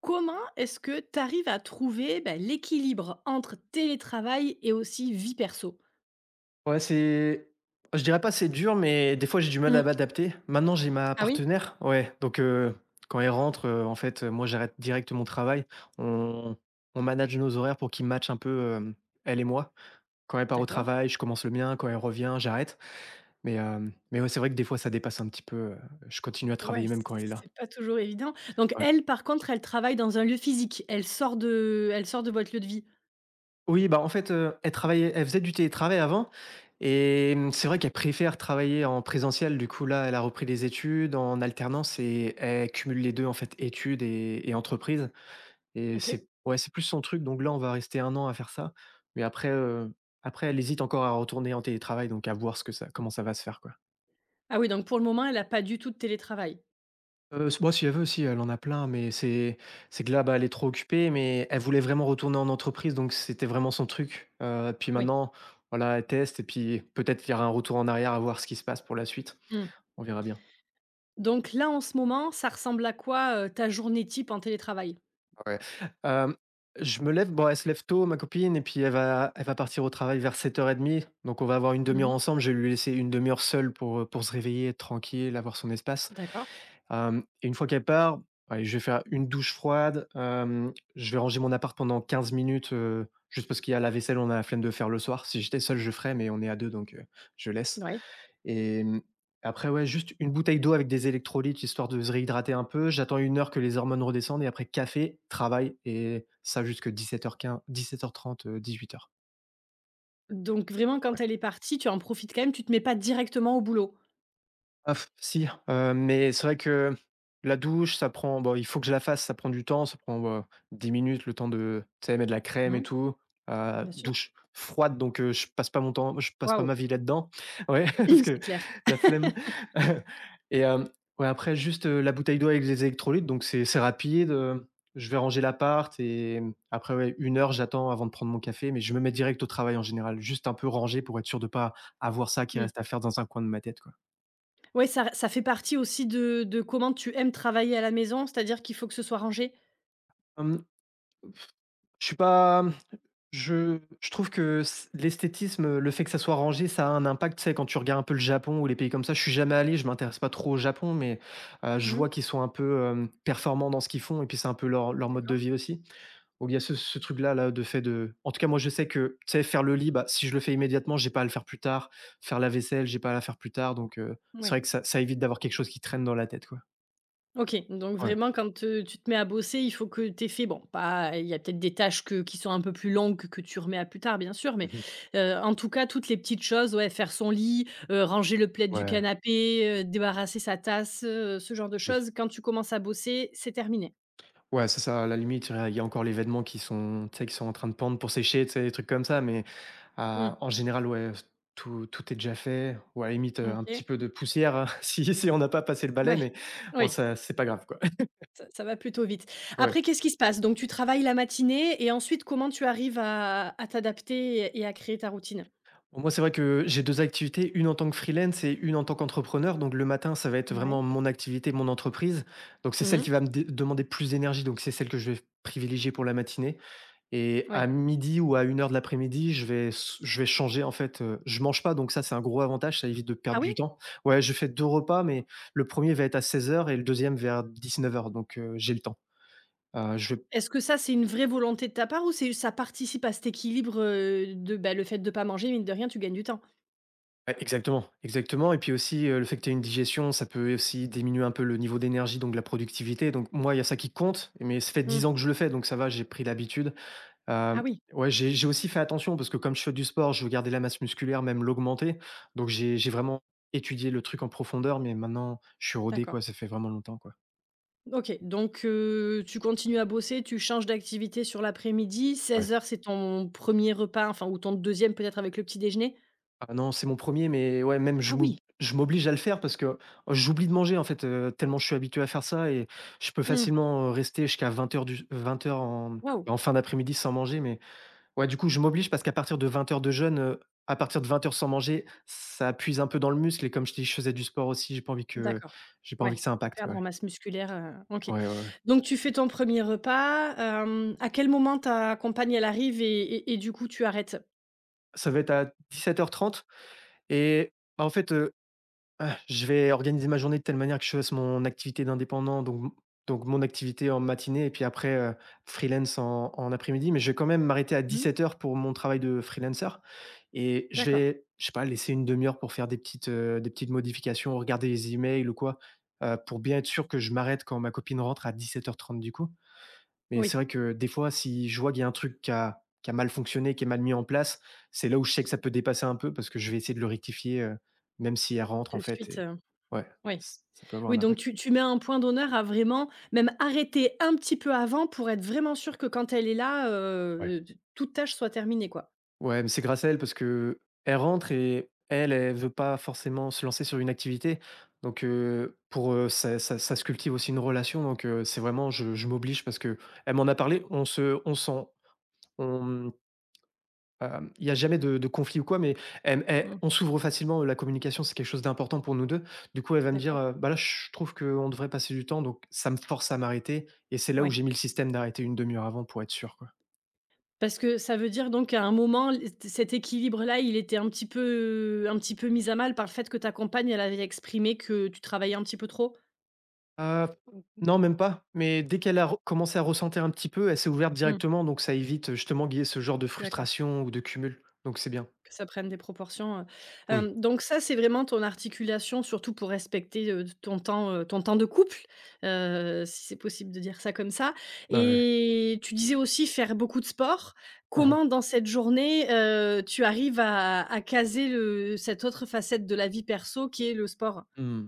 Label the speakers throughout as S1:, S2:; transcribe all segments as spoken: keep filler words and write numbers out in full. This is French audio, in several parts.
S1: Comment est-ce que tu arrives à trouver, bah, l'équilibre entre télétravail et aussi vie perso?
S2: Ouais, c'est je dirais pas c'est dur, mais des fois j'ai du mal à
S1: Mmh.
S2: m'adapter. Maintenant, j'ai ma
S1: Ah oui?
S2: partenaire, ouais, donc heu, quand elle rentre, heu, en fait, heu, moi j'arrête direct mon travail. On on manage nos horaires pour qu'ils matchent un peu, hem, elle et moi. Quand elle part au
S1: D'accord.
S2: travail, je commence le mien, quand elle revient, j'arrête. Mais, hem, mais ouais, c'est vrai que des fois ça dépasse un petit peu, heu, je continue à
S1: Ouais,
S2: travailler
S1: c
S2: même quand elle est là.
S1: c'est pas toujours évident. Donc
S2: Ouais.
S1: elle, par contre, elle travaille dans un lieu physique. Elle sort de elle sort de votre lieu de vie?
S2: Oui, bah, en fait, heu, elle travaillait elle faisait du télétravail avant et mmh, c'est vrai qu'elle préfère travailler en présentiel. Du coup, là, elle a repris des études en alternance et elle cumule les deux en fait, études et et entreprise et
S1: OK.
S2: c'est ouais, c'est plus son truc donc là, on va rester un an à faire ça. Mais après, heu, après elle hésite encore à retourner en télétravail donc à voir ce que ça comment ça va se faire, quoi.
S1: Ah oui, donc pour le moment, elle a pas du tout de télétravail?
S2: Heu, s bah, si elle veut, si, elle en a plein, mais c'est c'est que là, bah, elle est trop occupée, mais elle voulait vraiment retourner en entreprise, donc c'était vraiment son truc. Heu, puis
S1: Oui.
S2: maintenant, voilà, elle teste et puis peut-être qu'il y aura un retour en arrière à voir ce qui se passe pour la suite.
S1: Mmh.
S2: On verra bien.
S1: Donc là, en ce moment, ça ressemble à quoi, heu, ta journée type en télétravail?
S2: Ouais. Hem, je me lève, bon, elle se lève tôt, ma copine et puis elle va elle va partir au travail vers sept heures trente, donc on va avoir une demi-heure
S1: Mmh.
S2: ensemble. Je vais lui laisser une demi-heure seule pour, heu, pour se réveiller, être tranquille, avoir son espace.
S1: D'accord.
S2: Hem et une fois qu'elle part, allez, je vais faire une douche froide, hem, je vais ranger mon appart pendant quinze minutes, heu, juste parce qu'il y a la vaisselle, on a la flemme de faire le soir. Si j'étais seul, je ferais, mais on est à deux, donc heu, je laisse
S1: Oui.
S2: et mmh, après, ouais, juste une bouteille d'eau avec des électrolytes, histoire de se réhydrater un peu. J'attends une heure que les hormones redescendent et après café, travail et ça jusque dix-sept dix-sept heures heures quinze, dix-sept heures trente, dix-huit heures.
S1: Donc vraiment, quand elle est partie, tu en profites quand même, tu te mets pas directement au boulot?
S2: Ah f si, heu, mais c'est vrai que la douche, ça prend bon, il faut que je la fasse, ça prend du temps, ça prend, heu, dix minutes, le temps de, tu sais, mettre de la crème et
S1: Mmh.
S2: tout. Heu,
S1: Bien sûr.
S2: douche froide, donc heu, je passe pas mon temps je passe pas
S1: Waouh!
S2: ma vie là-dedans. Ouais, parce
S1: C'est
S2: que
S1: clair.
S2: la flemme et hem, ouais, après juste, heu, la bouteille d'eau avec les électrolytes, donc c'est c'est rapide, heu, je vais ranger l'appart et mmh, après, ouais, une heure, j'attends avant de prendre mon café, mais je me mets direct au travail en général, juste un peu rangé pour être sûr de pas avoir ça qui
S1: Mmh.
S2: reste à faire dans un coin de ma tête, quoi.
S1: Ouais, ça ça fait partie aussi de de comment tu aimes travailler à la maison, c'est-à-dire qu'il faut que ce soit rangé?
S2: Je suis pas mmh, je je trouve que c l'esthétisme, euh, le fait que ça soit rangé, ça a un impact. Tu sais, quand tu regardes un peu le Japon ou les pays comme ça, je suis jamais allé, je m'intéresse pas trop au Japon, mais heu, je vois
S1: Mmh,
S2: qu'ils sont un peu, hem, performants dans ce qu'ils font et puis c'est un peu leur leur mode de
S1: d'accord.
S2: vie aussi, où il y a ce ce truc-là, là, de fait de en tout cas, moi, je sais que, tu sais, faire le lit, bah, si je le fais immédiatement, j'ai pas à le faire plus tard. Faire la vaisselle, j'ai pas à la faire plus tard donc heu,
S1: Oui.
S2: c'est vrai que ça ça évite d'avoir quelque chose qui traîne dans la tête, quoi.
S1: OK, donc
S2: Ouais.
S1: vraiment quand, heu, tu te mets à bosser, il faut que tu aies fait bon, pas il y a peut-être des tâches que qui sont un peu plus longues que que tu remets à plus tard bien sûr, mais,
S2: Mmh.
S1: heu, en tout cas toutes les petites choses, ouais, faire son lit, heu, ranger le plaid du
S2: Ouais,
S1: canapé, heu, débarrasser sa tasse, heu, ce genre de
S2: oui.
S1: choses, quand tu commences à bosser, c'est terminé?
S2: Ouais, c'est ça, à la limite, il y a encore les vêtements qui sont, tu sais, qui sont en train de pendre pour sécher, tu sais, des trucs comme ça, mais ah,
S1: Mmh,
S2: en général, ouais, tout, tout est déjà fait, ou à la limite, heu, un petit
S1: OK.
S2: peu de poussière, hein, si si on n'a pas passé le balai,
S1: Ouais,
S2: mais bon,
S1: oui.
S2: ça, c'est pas grave, quoi.
S1: Ça ça va plutôt vite.
S2: Ouais.
S1: Après, qu'est-ce qui se passe? Donc tu travailles la matinée et ensuite, comment tu arrives à à t'adapter et et à créer ta routine?
S2: Bon, moi, c'est vrai que j'ai deux activités, une en tant que freelance et une en tant qu'entrepreneur, donc le matin, ça va être
S1: Ouais.
S2: vraiment mon activité, mon entreprise, donc c'est celle
S1: Mmh.
S2: qui va me dé demander plus d'énergie, donc c'est celle que je vais privilégier pour la matinée. Et
S1: Ouais.
S2: à midi ou à une heure de l'après-midi, je vais s je vais changer en fait, heu, je mange pas donc ça, c'est un gros avantage, ça évite de
S1: Ah
S2: perdre
S1: oui?
S2: du temps. Ouais, je fais deux repas, mais le premier va être à seize heures et le deuxième vers dix-neuf heures, donc heu, j'ai le temps. Heu, je vais
S1: Est-ce que ça, c'est une vraie volonté de ta part ou c'est ça participe à cet équilibre, heu, de, bah, le fait de pas manger, mine de rien, tu gagnes du temps?
S2: ouais, exactement, exactement et puis aussi, heu, le fait que tu aies une digestion, ça peut aussi diminuer un peu le niveau d'énergie donc la productivité donc moi, il y a ça qui compte, mais ça fait
S1: Mmh.
S2: dix ans que je le fais donc ça va, j'ai pris l'habitude.
S1: Ah
S2: Hem,
S1: oui,
S2: ouais, j'ai j'ai aussi fait attention parce que comme je fais du sport, je veux garder la masse musculaire, même l'augmenter. Donc j'ai j'ai vraiment étudié le truc en profondeur, mais maintenant je suis rodé quoi,
S1: d'accord.
S2: ça fait vraiment longtemps quoi.
S1: OK, donc heu, tu continues à bosser, tu changes d'activité sur l'après-midi. seize
S2: Ouais.
S1: heures, c'est ton premier repas, enfin ou ton deuxième peut-être avec le petit déjeuner?
S2: Ah non, c'est mon premier, mais ouais, même
S1: Ah
S2: je m'ob
S1: oui!
S2: je m'oblige à le faire parce que euh, j'oublie de manger en fait, heu, tellement je suis habitué à faire ça et je peux
S1: Mmh.
S2: facilement, heu, rester jusqu'à vingt heures du vingt heures en
S1: Waouh!
S2: en fin d'après-midi sans manger, mais ouais, du coup, je m'oblige parce qu'à partir de vingt heures de jeûne, heu, à partir de vingt heures sans manger, ça puise un peu dans le muscle et comme je t'ai dit, je faisais du sport aussi, j'ai pas envie que
S1: D'accord.
S2: j'ai pas
S1: Ouais,
S2: envie que ça
S1: de
S2: impacte,
S1: perdre en
S2: ouais.
S1: masse musculaire, heu, OK.
S2: Ouais, ouais, ouais.
S1: Donc tu fais ton premier repas, hem, à quel moment ta compagne elle arrive et et et du coup tu arrêtes?
S2: Ça va être à dix-sept heures trente et bah, en fait, heu Ah, je vais organiser ma journée de telle manière que je fasse mon activité d'indépendant, donc donc mon activité en matinée et puis après, heu, freelance en en après-midi. Mais je vais quand même m'arrêter à
S1: Mmh,
S2: dix-sept heures pour mon travail de freelancer et je
S1: d'accord.
S2: vais, je sais pas, laisser une demi heure pour faire des petites, heu, des petites modifications, regarder les emails ou quoi, heu, pour bien être sûr que je m'arrête quand ma copine rentre à dix-sept heures trente du coup. Mais c'est
S1: Oui,
S2: vrai que des fois, si je vois qu'il y a un truc qui a qui a mal fonctionné, qui est mal mis en place, c'est là où je sais que ça peut dépasser un peu parce que je vais essayer de le rectifier, heu, même si elle rentre
S1: de
S2: en fait
S1: suite,
S2: et
S1: heu,
S2: ouais,
S1: oui.
S2: ç ça peut avoir
S1: Oui,
S2: un
S1: donc
S2: impact.
S1: tu tu mets un point d'honneur à vraiment même arrêter un petit peu avant pour être vraiment sûr que quand elle est là,
S2: Ouais.
S1: heu, toute tâche soit terminée, quoi?
S2: Ouais, mais c'est grâce à elle parce que elle rentre et elle, elle veut pas forcément se lancer sur une activité. Donc heu, pour, heu, ça ça ça se cultive aussi une relation donc heu, c'est vraiment je je m'oblige parce que elle m'en a parlé, on se on s'en on Hem, il y a jamais de de conflit ou quoi, mais elle elle
S1: Mmh,
S2: on s'ouvre facilement, la communication, c'est quelque chose d'important pour nous deux. Du coup, elle va me dire,
S1: d'accord.
S2: heu: «Bah, là, je trouve qu'on devrait passer du temps», donc ça me force à m'arrêter et c'est là où
S1: Ouais.
S2: j'ai mis le système d'arrêter une demi heure avant pour être sûr, quoi.
S1: Parce que ça veut dire donc qu'à un moment, l cet équilibre-là, il était un petit peu un petit peu mis à mal par le fait que ta compagne, elle avait exprimé que tu travaillais un petit peu trop?
S2: Heu, Mmh non, même pas, mais dès qu'elle a re commencé à ressentir un petit peu, elle s'est ouverte
S1: Mmh,
S2: directement, donc ça évite, euh, justement, qu'il y ait ce genre de
S1: d'accord,
S2: frustration ou de cumul, donc c'est bien.
S1: que ça prenne des proportions, heu,
S2: Oui.
S1: hem, donc ça, c'est vraiment ton articulation, surtout pour respecter, heu, ton temps, heu, ton temps de couple, heu, si c'est possible de dire ça comme ça
S2: Ouais, ouais.
S1: et tu disais aussi faire beaucoup de sport.
S2: Mmh mh.
S1: Comment dans cette journée, heu, tu arrives à à caser le cette autre facette de la vie perso qui est le sport?
S2: Mmh.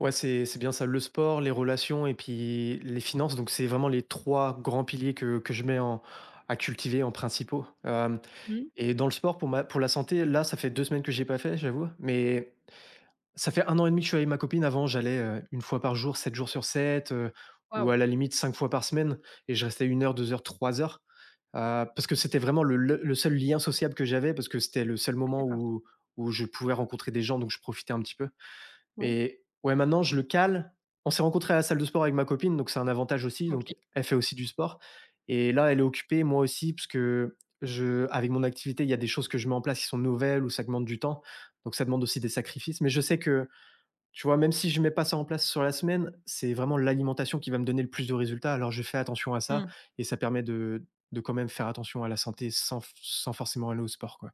S2: Ouais, c'est c'est bien ça, le sport, les relations et puis les finances. Donc, c'est vraiment les trois grands piliers que que je mets en à cultiver en principaux, hem
S1: Mmh,
S2: et dans le sport pour ma pour la santé, là, ça fait deux semaines que j'ai pas fait, j'avoue, mais ça fait un an et demi que je suis avec ma copine. Avant, j'allais, heu, une fois par jour, sept jours sur sept, heu, ou
S1: waouh!
S2: à la limite cinq fois par semaine et je restais une heure, deux heures, trois heures, heu, parce que c'était vraiment le le le seul lien sociable que j'avais, parce que c'était le seul moment
S1: D'accord,
S2: où où je pouvais rencontrer des gens, donc je profitais un petit peu.
S1: oui,
S2: Et ouais, maintenant, je le cale. On s'est rencontrés à la salle de sport avec ma copine, donc c'est un avantage aussi.
S1: OK.
S2: Donc, elle fait aussi du sport. Et là, elle est occupée, moi aussi, parce que je, avec mon activité, il y a des choses que je mets en place qui sont nouvelles ou ça demande du temps. Donc, ça demande aussi des sacrifices. Mais je sais que, tu vois, même si je mets pas ça en place sur la semaine, c'est vraiment l'alimentation qui va me donner le plus de résultats. Alors, je fais attention à ça
S1: Mmh,
S2: et ça permet de, de quand même faire attention à la santé sans, sans forcément aller au sport, quoi.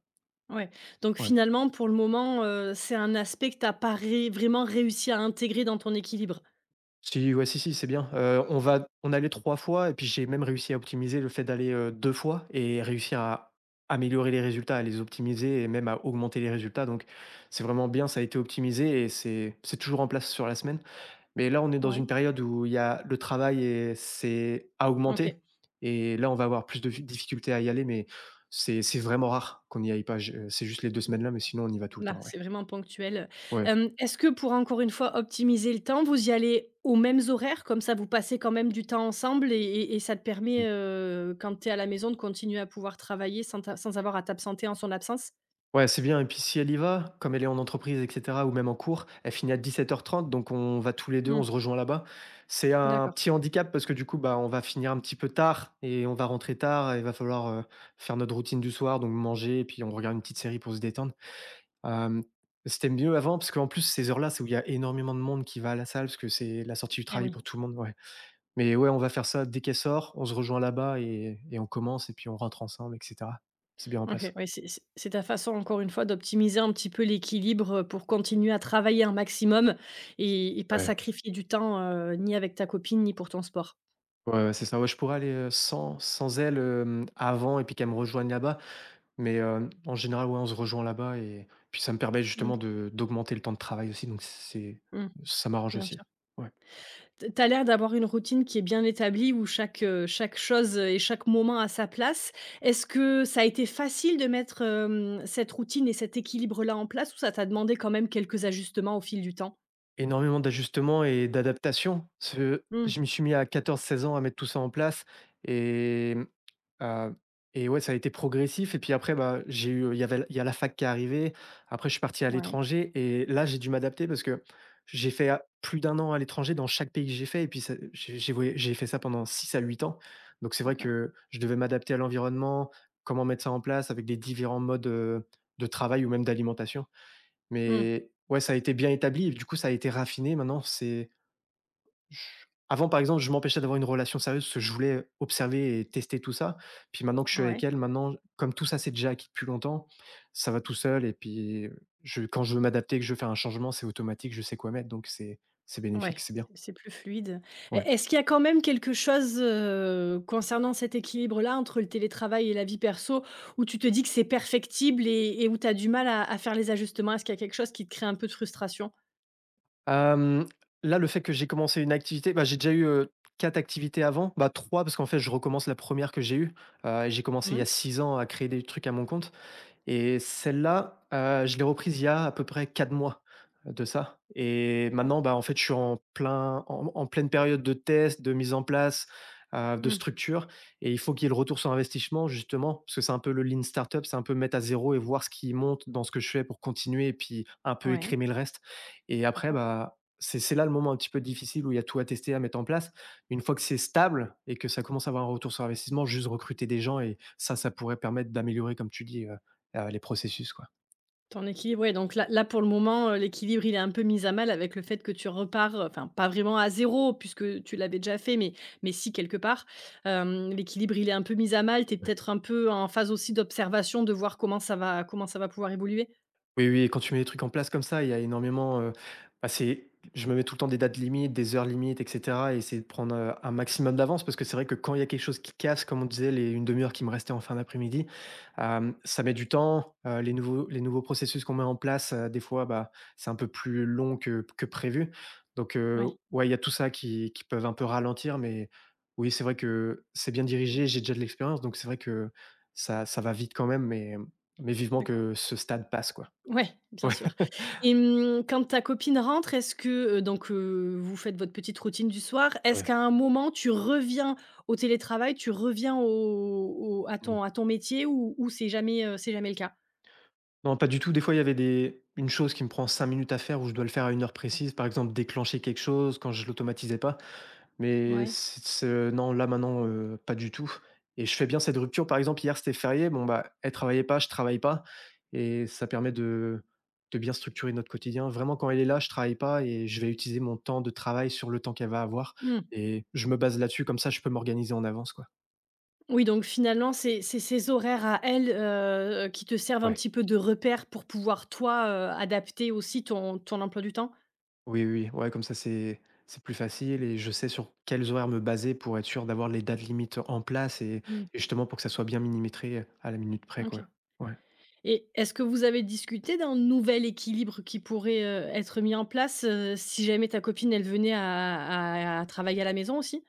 S1: ouais. Donc
S2: Ouais.
S1: finalement, pour le moment, heu, c'est un aspect que tu as pas ré vraiment réussi à intégrer dans ton équilibre?
S2: Si, ouais, si, si, c'est bien. Heu, on va on allait trois fois et puis j'ai même réussi à optimiser le fait d'aller, heu, deux fois et réussir à améliorer les résultats, à les optimiser et même à augmenter les résultats. Donc c'est vraiment bien, ça a été optimisé et c'est c'est toujours en place sur la semaine. Mais là, on est dans
S1: Ouais,
S2: une période où il y a le travail et c'est à
S1: OK.
S2: augmenter et là, on va avoir plus de difficultés à y aller, mais c'est c'est vraiment rare qu'on n'y aille pas. Je C'est juste les deux semaines là, mais sinon on y va tout le
S1: Là,
S2: temps, ouais.
S1: c'est vraiment ponctuel,
S2: Ouais.
S1: heu. Est-ce que pour encore une fois optimiser le temps, vous y allez aux mêmes horaires? Comme ça, vous passez quand même du temps ensemble et et et ça te permet, heu, quand tu es à la maison, de continuer à pouvoir travailler sans t'a sans avoir à t'absenter en son absence?
S2: Ouais, c'est bien. Et puis si elle y va, comme elle est en entreprise et cetera ou même en cours, elle finit à dix-sept heures trente. Donc on va tous les deux, on
S1: Mmh,
S2: se rejoint là-bas. C'est un
S1: d'accord,
S2: petit handicap parce que du coup, bah, on va finir un petit peu tard et on va rentrer tard et il va falloir, heu, faire notre routine du soir, donc manger, et puis on regarde une petite série pour se détendre. Hem, C'était mieux avant parce qu'en plus ces heures-là, c'est où il y a énormément de monde qui va à la salle parce que c'est la sortie du
S1: eh
S2: travail
S1: oui.
S2: pour tout le monde, ouais. Mais ouais, on va faire ça dès qu'elle sort, on se rejoint là-bas et et on commence et puis on rentre ensemble et cetera. C'est bien en
S1: OK,
S2: place.
S1: oui, c'est c'est c'est ta façon, encore une fois, d'optimiser un petit peu l'équilibre, pour continuer à travailler un maximum et et pas
S2: Ouais.
S1: sacrifier du temps, heu, ni avec ta copine, ni pour ton sport.
S2: Ouais, ouais, c'est ça. Ouais, je pourrais aller, heu, sans sans elle, hem, avant, et puis qu'elle me rejoigne là-bas. Mais, heu, en général, ouais, on se rejoint là-bas et puis ça me permet
S1: Mmh,
S2: justement de d'augmenter le temps de travail aussi, donc c'est
S1: mmh,
S2: ça m'arrange
S1: bien
S2: aussi.
S1: sûr.
S2: Ouais.
S1: Tu tu l'air d'avoir une routine qui est bien établie où chaque, heu, chaque chose et chaque moment a sa place. Est-ce que ça a été facile de mettre, hem, cette routine et cet équilibre-là en place ou ça t'a demandé quand même quelques ajustements au fil du temps?
S2: Énormément d'ajustements et d'adaptations. Ce
S1: Mmh,
S2: Je me suis mis à quatorze seize ans à mettre tout ça en place. Et mmh, ah, et ouais, ça a été progressif et puis après, bah, j'ai eu, il y avait il y a la fac qui est arrivée. Après, je suis parti à
S1: ouais,
S2: l'étranger et là, j'ai dû m'adapter parce que j'ai fait a plus d'un an à l'étranger dans chaque pays que j'ai fait. Et puis ça j'ai j'ai voya j'ai fait ça pendant six à huit ans. Donc c'est vrai
S1: d'accord.
S2: que je devais m'adapter à l'environnement, comment mettre ça en place avec des différents modes, heu, de travail ou même d'alimentation.
S1: Mmh,
S2: Mais ouais, ça a été bien établi et du coup, ça a été raffiné. Maintenant, c'est je avant, par exemple, je m'empêchais d'avoir une relation sérieuse parce que je voulais observer et tester tout ça. Puis maintenant que je suis
S1: ouais.
S2: avec elle, maintenant, comme tout ça, c'est déjà acquis depuis longtemps, ça va tout seul. Et puis, je, quand je veux m'adapter, que je veux faire un changement, c'est automatique, je sais quoi mettre. Donc, c'est c'est
S1: Ouais,
S2: bénéfique, c'est
S1: c'est
S2: bien.
S1: c'est plus fluide. E
S2: Ouais.
S1: Est-ce qu'il y a quand même quelque chose, heu, concernant cet équilibre-là entre le télétravail et la vie perso, où tu te dis que c'est perfectible et et où tu as du mal à à faire les ajustements? Est-ce qu'il y a quelque chose qui te crée un peu de frustration?
S2: Hem, Là, le fait que j'ai commencé une activité, bah, j'ai déjà eu, heu, quatre activités avant, bah, trois, parce qu'en fait, je recommence la première que j'ai eue, heu, et j'ai commencé il y a
S1: Mmh,
S2: six ans à créer des trucs à mon compte. Et celle-là, heu, je l'ai reprise il y a à peu près quatre mois euh, de ça. Et
S1: d'accord.
S2: maintenant, bah, en fait, je suis en plein en en pleine période de test, de mise en place, heu, de
S1: Mmh,
S2: structure, et il faut qu'il y ait le retour sur investissement, justement, parce que c'est un peu le lean startup, c'est un peu mettre à zéro et voir ce qui monte dans ce que je fais pour continuer, et puis un peu
S1: ouais,
S2: écrémer le reste. Et après,
S1: d'accord.
S2: bah, c'est c'est là le moment un petit peu difficile où il y a tout à tester, à mettre en place. Une fois que c'est stable et que ça commence à avoir un retour sur investissement, juste recruter des gens, et ça, ça pourrait permettre d'améliorer, comme tu dis, heu heu, les processus, quoi.
S1: Ton équilibre, ouais, donc là là, pour le moment, heu, l'équilibre, il est un peu mis à mal avec le fait que tu repars, heu, enfin, pas vraiment à zéro puisque tu l'avais déjà fait, mais mais si quelque part. Hem, l'équilibre, il est un peu mis à mal. Tu es peut-être un peu en phase aussi d'observation, de voir comment ça va comment ça va pouvoir évoluer?
S2: Oui, oui, quand tu mets des trucs en place comme ça, il y a énormément, heu, bah, c'est je me mets tout le temps des dates limites, des heures limites et cetera, et essayer de prendre, heu, un maximum d'avance, parce que c'est vrai que quand il y a quelque chose qui casse, comme on disait, les demi-heure heure qui me restait en fin d'après-midi, hem, ça met du temps, heu, les nouveaux les nouveaux processus qu'on met en place, heu, des fois, bah, c'est un peu plus long que que prévu. Donc heu,
S1: Ouais,
S2: ouais, il y a tout ça qui qui peuvent un peu ralentir, mais oui, c'est vrai que c'est bien dirigé, j'ai déjà de l'expérience, donc c'est vrai que ça ça va vite quand même, mais mais vivement
S1: d'accord.
S2: que ce stade passe, quoi.
S1: Ouais, bien
S2: Ouais.
S1: sûr et mmh, quand ta copine rentre, est-ce que, heu, donc heu, vous faites votre petite routine du soir. Est-ce
S2: Ouais.
S1: qu'à un moment, tu reviens au télétravail, tu reviens au au à
S2: Mmh.
S1: ton à ton métier ou ou c'est jamais, heu, c'est jamais le cas?
S2: Non, pas du tout. Des fois, il y avait des une chose qui me prend cinq minutes à faire, où je dois le faire à une heure précise, par exemple, déclencher quelque chose quand je l'automatisais pas. Mais
S1: Ouais.
S2: c ce non, là, maintenant, heu, pas du tout, et je fais bien cette rupture. Par exemple, hier, c'était férié. Bon, bah, elle travaillait pas, je travaille pas, et ça permet de de bien structurer notre quotidien. Vraiment, quand elle est là, je travaille pas et je vais utiliser mon temps de travail sur le temps qu'elle va avoir,
S1: Mmh.
S2: et je me base là-dessus. Comme ça, je peux m'organiser en avance, quoi.
S1: Oui, donc finalement, c'est c'est ses horaires à elle, heu, qui te servent un
S2: Ouais.
S1: petit peu de repère pour pouvoir toi, heu, adapter aussi ton ton emploi du temps?
S2: Oui, oui, ouais, comme ça, c'est c'est plus facile et je sais sur quels horaires me baser pour être sûr d'avoir les dates limites en place, et
S1: Mmh,
S2: et justement pour que ça soit bien millimétré à la minute près, quoi.
S1: OK.
S2: Ouais.
S1: Et est-ce que vous avez discuté d'un nouvel équilibre qui pourrait, heu, être mis en place, heu, si jamais ta copine, elle venait à à à travailler à la maison aussi?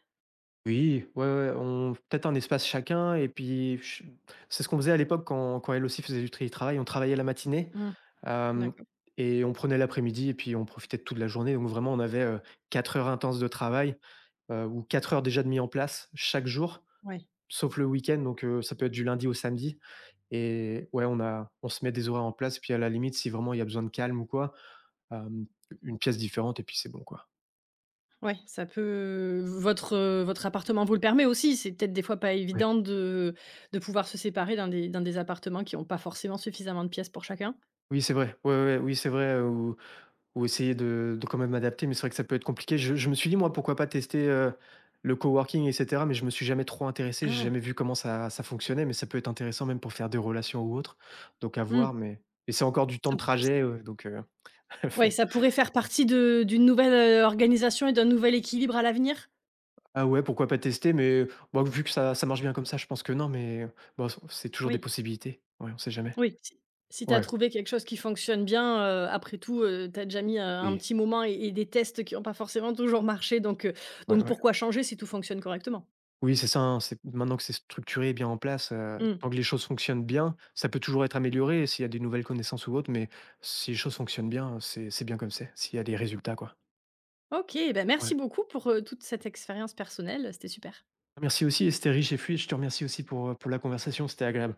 S2: Oui, ouais, ouais, on peut-être un espace chacun et puis ch c'est ce qu'on faisait à l'époque quand quand elle aussi faisait du télétravail. On travaillait la matinée,
S1: Mmh,
S2: hem
S1: d'accord.
S2: et on prenait l'après-midi et puis on profitait de toute la journée. Donc vraiment, on avait, heu, quatre heures intenses de travail, heu, ou quatre heures déjà de mis en place chaque jour,
S1: Ouais,
S2: sauf le week-end. Donc, heu, ça peut être du lundi au samedi. Et ouais, on a on se met des horaires en place, puis à la limite, si vraiment il y a besoin de calme ou quoi, hem, une pièce différente, et puis c'est bon, quoi.
S1: ouais, ça peut votre, heu, votre appartement vous le permet aussi, c'est peut-être des fois pas
S2: Ouais.
S1: évident de de pouvoir se séparer dans des dans des appartements qui n'ont pas forcément suffisamment de pièces pour chacun?
S2: Oui, c'est vrai. Ouais, ouais, ouais, oui, c'est vrai, heu, ou ou essayer de de quand même m'adapter, mais c'est vrai que ça peut être compliqué. Je je me suis dit, moi, pourquoi pas tester, heu, le coworking et cetera, mais je me suis jamais trop intéressé, j'ai
S1: Ah!
S2: jamais vu comment ça ça fonctionnait, mais ça peut être intéressant même pour faire des relations ou autre, donc à
S1: Mmh.
S2: voir, mais et c'est encore du temps
S1: Ça
S2: de
S1: pou s
S2: trajet, heu, donc heu,
S1: Ouais,
S2: flemme.
S1: ça pourrait faire partie de d'une nouvelle, heu, organisation et d'un nouvel équilibre à l'avenir?
S2: Ah ouais, pourquoi pas tester? Mais bon, vu que ça ça marche bien comme ça, je pense que non, mais bon, c c'est toujours des
S1: Oui,
S2: possibilités. Ouais, on sait jamais.
S1: oui, si si tu as
S2: Ouais,
S1: trouvé quelque chose qui fonctionne bien, heu, après tout, heu, tu as déjà mis, heu, un
S2: oui,
S1: petit moment et et des tests qui ont pas forcément toujours marché, donc heu,
S2: ouais,
S1: donc
S2: ouais.
S1: pourquoi changer si tout fonctionne correctement?
S2: Oui, c'est ça, hein, c'est maintenant que c'est structuré et bien en place, heu,
S1: Mmh.
S2: tant que les choses fonctionnent bien, ça peut toujours être amélioré s'il y a des nouvelles connaissances ou autres, mais si les choses fonctionnent bien, c'est c'est bien comme c'est, s'il y a des résultats, quoi.
S1: OK, bah, merci
S2: Ouais.
S1: beaucoup pour, heu, toute cette expérience personnelle, c'était super.
S2: Merci aussi, et c'était riche et fluide. Je te remercie aussi pour, pour la conversation, c'était agréable.